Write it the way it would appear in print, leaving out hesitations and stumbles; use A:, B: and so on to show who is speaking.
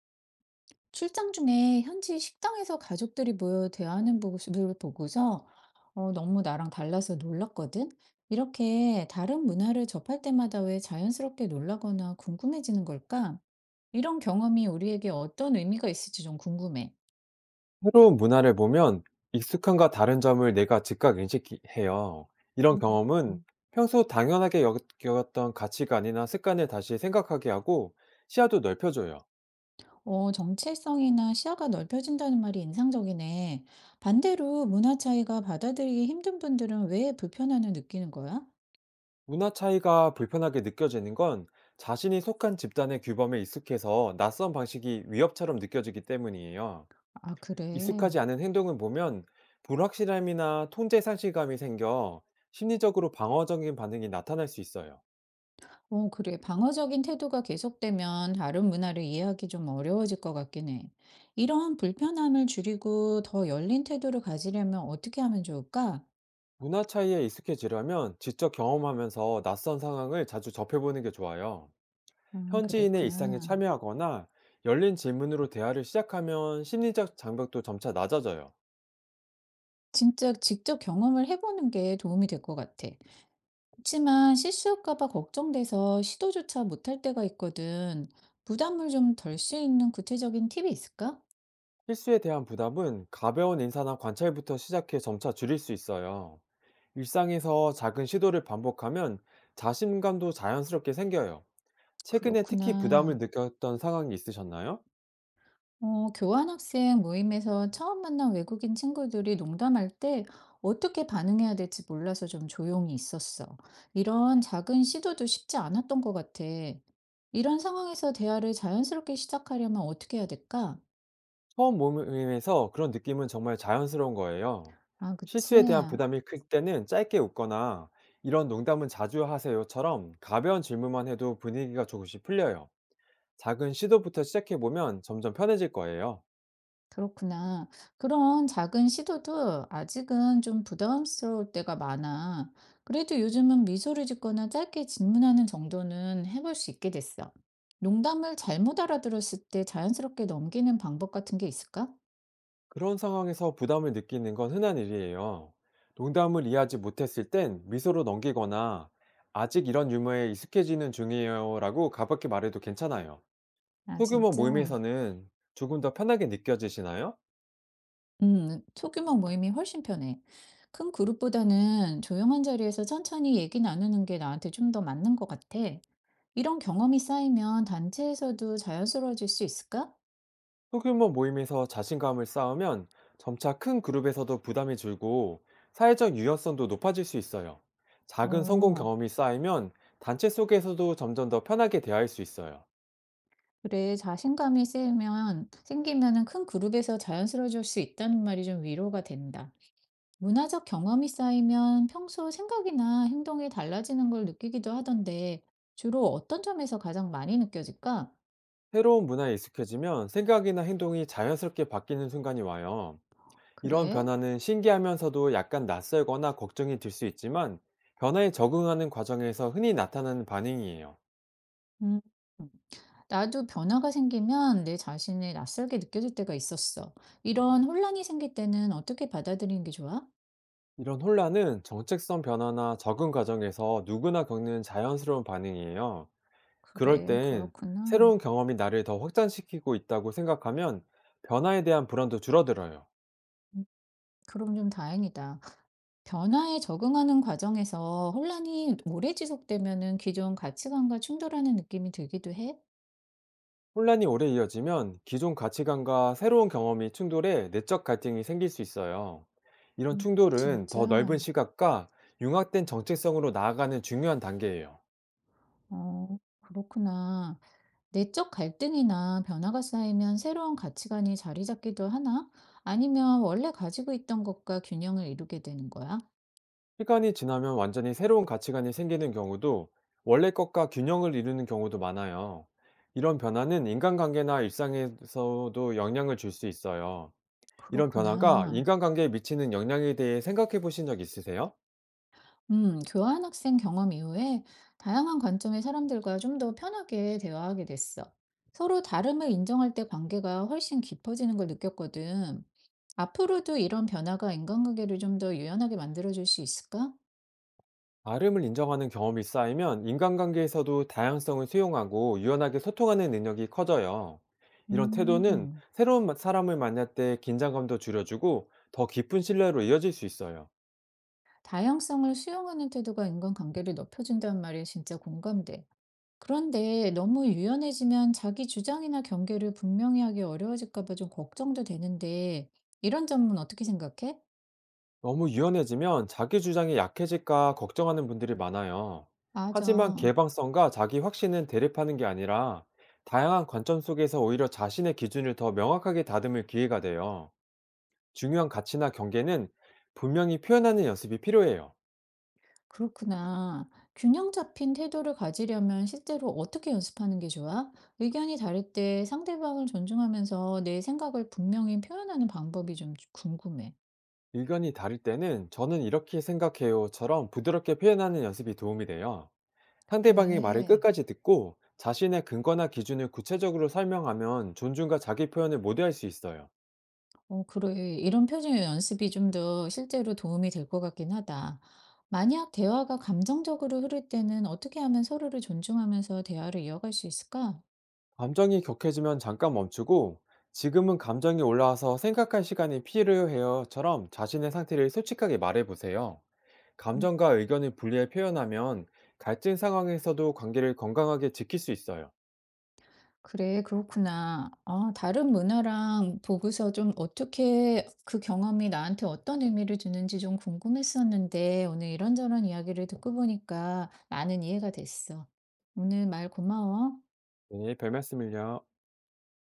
A: 출장 중에 현지 식당에서 가족들이 모여 대화하는 모습을 보고서 너무 나랑 달라서 놀랐거든? 이렇게 다른 문화를 접할 때마다 왜 자연스럽게 놀라거나 궁금해지는 걸까? 이런 경험이 우리에게 어떤 의미가 있을지 좀 궁금해.
B: 새로운 문화를 보면 익숙함과 다른 점을 내가 즉각 인식해요. 이런
A: 음,
B: 경험은
A: 음.
B: 평소 당연하게 여겼던 가치관이나 습관을 다시 생각하게 하고 시야도 넓혀줘요.
A: 정체성이나 시야가 넓혀진다는 말이 인상적이네. 반대로 문화 차이가 받아들이기 힘든 분들은 왜 불편함을 느끼는 거야?
B: 문화 차이가 불편하게 느껴지는 건 자신이 속한 집단의 규범에 익숙해서 낯선 방식이 위협처럼 느껴지기 때문이에요.
A: 아, 그래.
B: 익숙하지 않은 행동을 보면 불확실함이나 통제 상실감이 생겨 심리적으로 방어적인 반응이 나타날 수 있어요.
A: 어, 그래. 방어적인 태도가 계속되면 다른 문화를 이해하기 좀 어려워질 것 같긴 해. 이런 불편함을 줄이고 더 열린 태도를 가지려면 어떻게 하면 좋을까?
B: 문화 차이에 익숙해지려면 직접 경험하면서 낯선 상황을 자주 접해보는 게 좋아요.
A: 아,
B: 현지인의 일상에
A: 그랬구나.
B: 참여하거나 열린 질문으로 대화를 시작하면 심리적 장벽도 점차 낮아져요.
A: 진짜 직접 경험을 해보는 게 도움이 될 것 같아. 그렇지만 실수할까 봐 걱정돼서 시도조차 못할 때가 있거든. 부담을 좀 덜 수 있는 구체적인 팁이 있을까?
B: 실수에 대한 부담은 가벼운 인사나 관찰부터 시작해 점차 줄일 수 있어요. 일상에서 작은 시도를 반복하면 자신감도 자연스럽게 생겨요. 최근에 특히 부담을
A: 그렇구나.
B: 느꼈던 상황이 있으셨나요?
A: 교환학생 모임에서 처음 만난 외국인 친구들이 농담할 때 어떻게 반응해야 될지 몰라서 좀 조용히 있었어. 이런 작은 시도도 쉽지 않았던 것 같아. 이런 상황에서 대화를 자연스럽게 시작하려면 어떻게 해야 될까?
B: 처음 모임에서 그런 느낌은 정말 자연스러운 거예요.
A: 아, 그치.
B: 실수에 대한 부담이 클 때는 짧게 웃거나, 이런 농담은 자주 하세요처럼 가벼운 질문만 해도 분위기가 조금씩 풀려요. 작은 시도부터 시작해보면 점점 편해질 거예요.
A: 그렇구나. 그런 작은 시도도 아직은 좀 부담스러울 때가 많아. 그래도 요즘은 미소를 짓거나 짧게 질문하는 정도는 해볼 수 있게 됐어. 농담을 잘못 알아들었을 때 자연스럽게 넘기는 방법 같은 게 있을까?
B: 그런 상황에서 부담을 느끼는 건 흔한 일이에요. 농담을 이해하지 못했을 땐 미소로 넘기거나, 아직 이런 유머에 익숙해지는 중이에요라고 가볍게 말해도 괜찮아요.
A: 아,
B: 소규모
A: 진짜?
B: 모임에서는 조금 더 편하게 느껴지시나요?
A: 소규모 모임이 훨씬 편해. 큰 그룹보다는 조용한 자리에서 천천히 얘기 나누는 게 나한테 좀 더 맞는 것 같아. 이런 경험이 쌓이면 단체에서도 자연스러워질 수 있을까?
B: 소규모 모임에서 자신감을 쌓으면 점차 큰 그룹에서도 부담이 줄고 사회적 유연성도 높아질 수 있어요. 작은 성공
A: 어.
B: 경험이 쌓이면 단체 속에서도 점점 더 편하게 대화할 수 있어요.
A: 그래, 자신감이 생기면은 큰 그룹에서 자연스러워질 수 있다는 말이 좀 위로가 된다. 문화적 경험이 쌓이면 평소 생각이나 행동이 달라지는 걸 느끼기도 하던데, 주로 어떤 점에서 가장 많이 느껴질까?
B: 새로운 문화에 익숙해지면 생각이나 행동이 자연스럽게 바뀌는 순간이 와요. 이런
A: 그래?
B: 변화는 신기하면서도 약간 낯설거나 걱정이 들 수 있지만, 변화에 적응하는 과정에서 흔히 나타나는 반응이에요.
A: 음. 나도 변화가 생기면 내 자신이 낯설게 느껴질 때가 있었어. 이런 혼란이 생길 때는 어떻게 받아들이는 게 좋아?
B: 이런 혼란은 정체성 변화나 적응 과정에서 누구나 겪는 자연스러운 반응이에요. 그럴
A: 그래,
B: 땐
A: 그렇구나.
B: 새로운 경험이 나를 더 확장시키고 있다고 생각하면 변화에 대한 불안도 줄어들어요.
A: 음, 그럼 좀 다행이다. 변화에 적응하는 과정에서 혼란이 오래 지속되면은 기존 가치관과 충돌하는 느낌이 들기도 해?
B: 혼란이 오래 이어지면 기존 가치관과 새로운 경험이 충돌해 내적 갈등이 생길 수 있어요. 이런
A: 음,
B: 충돌은 더 넓은
A: 진짜?
B: 시각과 융합된 정체성으로 나아가는 중요한 단계예요.
A: 그렇구나. 내적 갈등이나 변화가 쌓이면 새로운 가치관이 자리 잡기도 하나? 아니면 원래 가지고 있던 것과 균형을 이루게 되는 거야?
B: 시간이 지나면 완전히 새로운 가치관이 생기는 경우도, 원래 것과 균형을 이루는 경우도 많아요. 이런 변화는 인간관계나 일상에서도 영향을 줄 수 있어요. 이런 변화가
A: 그렇구나.
B: 인간관계에 미치는 영향에 대해 생각해 보신 적 있으세요?
A: 교환학생 경험 이후에 다양한 관점의 사람들과 좀 더 편하게 대화하게 됐어. 서로 다름을 인정할 때 관계가 훨씬 깊어지는 걸 느꼈거든. 앞으로도 이런 변화가 인간관계를 좀 더 유연하게 만들어줄 수 있을까?
B: 다름을 인정하는 경험이 쌓이면 인간관계에서도 다양성을 수용하고 유연하게 소통하는 능력이 커져요. 이런 태도는
A: 음,
B: 새로운 사람을 만날 때 긴장감도 줄여주고 더 깊은 신뢰로 이어질 수 있어요.
A: 다양성을 수용하는 태도가 인간관계를 높여준다는 말이 진짜 공감돼. 그런데 너무 유연해지면 자기 주장이나 경계를 분명히 하기 어려워질까 봐 좀 걱정도 되는데, 이런 점은 어떻게 생각해?
B: 너무 유연해지면 자기 주장이 약해질까 걱정하는 분들이 많아요. 하지만
A: 맞아.
B: 개방성과 자기 확신은 대립하는 게 아니라, 다양한 관점 속에서 오히려 자신의 기준을 더 명확하게 다듬을 기회가 돼요. 중요한 가치나 경계는 분명히 표현하는 연습이 필요해요.
A: 그렇구나. 균형 잡힌 태도를 가지려면 실제로 어떻게 연습하는 게 좋아? 의견이 다를 때 상대방을 존중하면서 내 생각을 분명히 표현하는 방법이 좀 궁금해.
B: 의견이 다를 때는 저는 이렇게 생각해요처럼 부드럽게 표현하는 연습이 도움이 돼요. 상대방의 말을
A: 그래.
B: 끝까지 듣고 자신의 근거나 기준을 구체적으로 설명하면 존중과 자기 표현을 모두 할 수 있어요.
A: 어, 그래. 이런 표정 연습이 좀 더 실제로 도움이 될 것 같긴 하다. 만약 대화가 감정적으로 흐를 때는 어떻게 하면 서로를 존중하면서 대화를 이어갈 수 있을까?
B: 감정이 격해지면 잠깐 멈추고, 지금은 감정이 올라와서 생각할 시간이 필요해요처럼 자신의 상태를 솔직하게 말해보세요. 감정과 의견을 분리해 표현하면 갈등 상황에서도 관계를 건강하게 지킬 수 있어요.
A: 그래, 그렇구나. 아, 다른 문화랑 보고서 좀 어떻게 그 경험이 나한테 어떤 의미를 주는지 좀 궁금했었는데 오늘 이런저런 이야기를 듣고 보니까 많은 이해가 됐어. 오늘 말 고마워.
B: 네, 별말씀을요.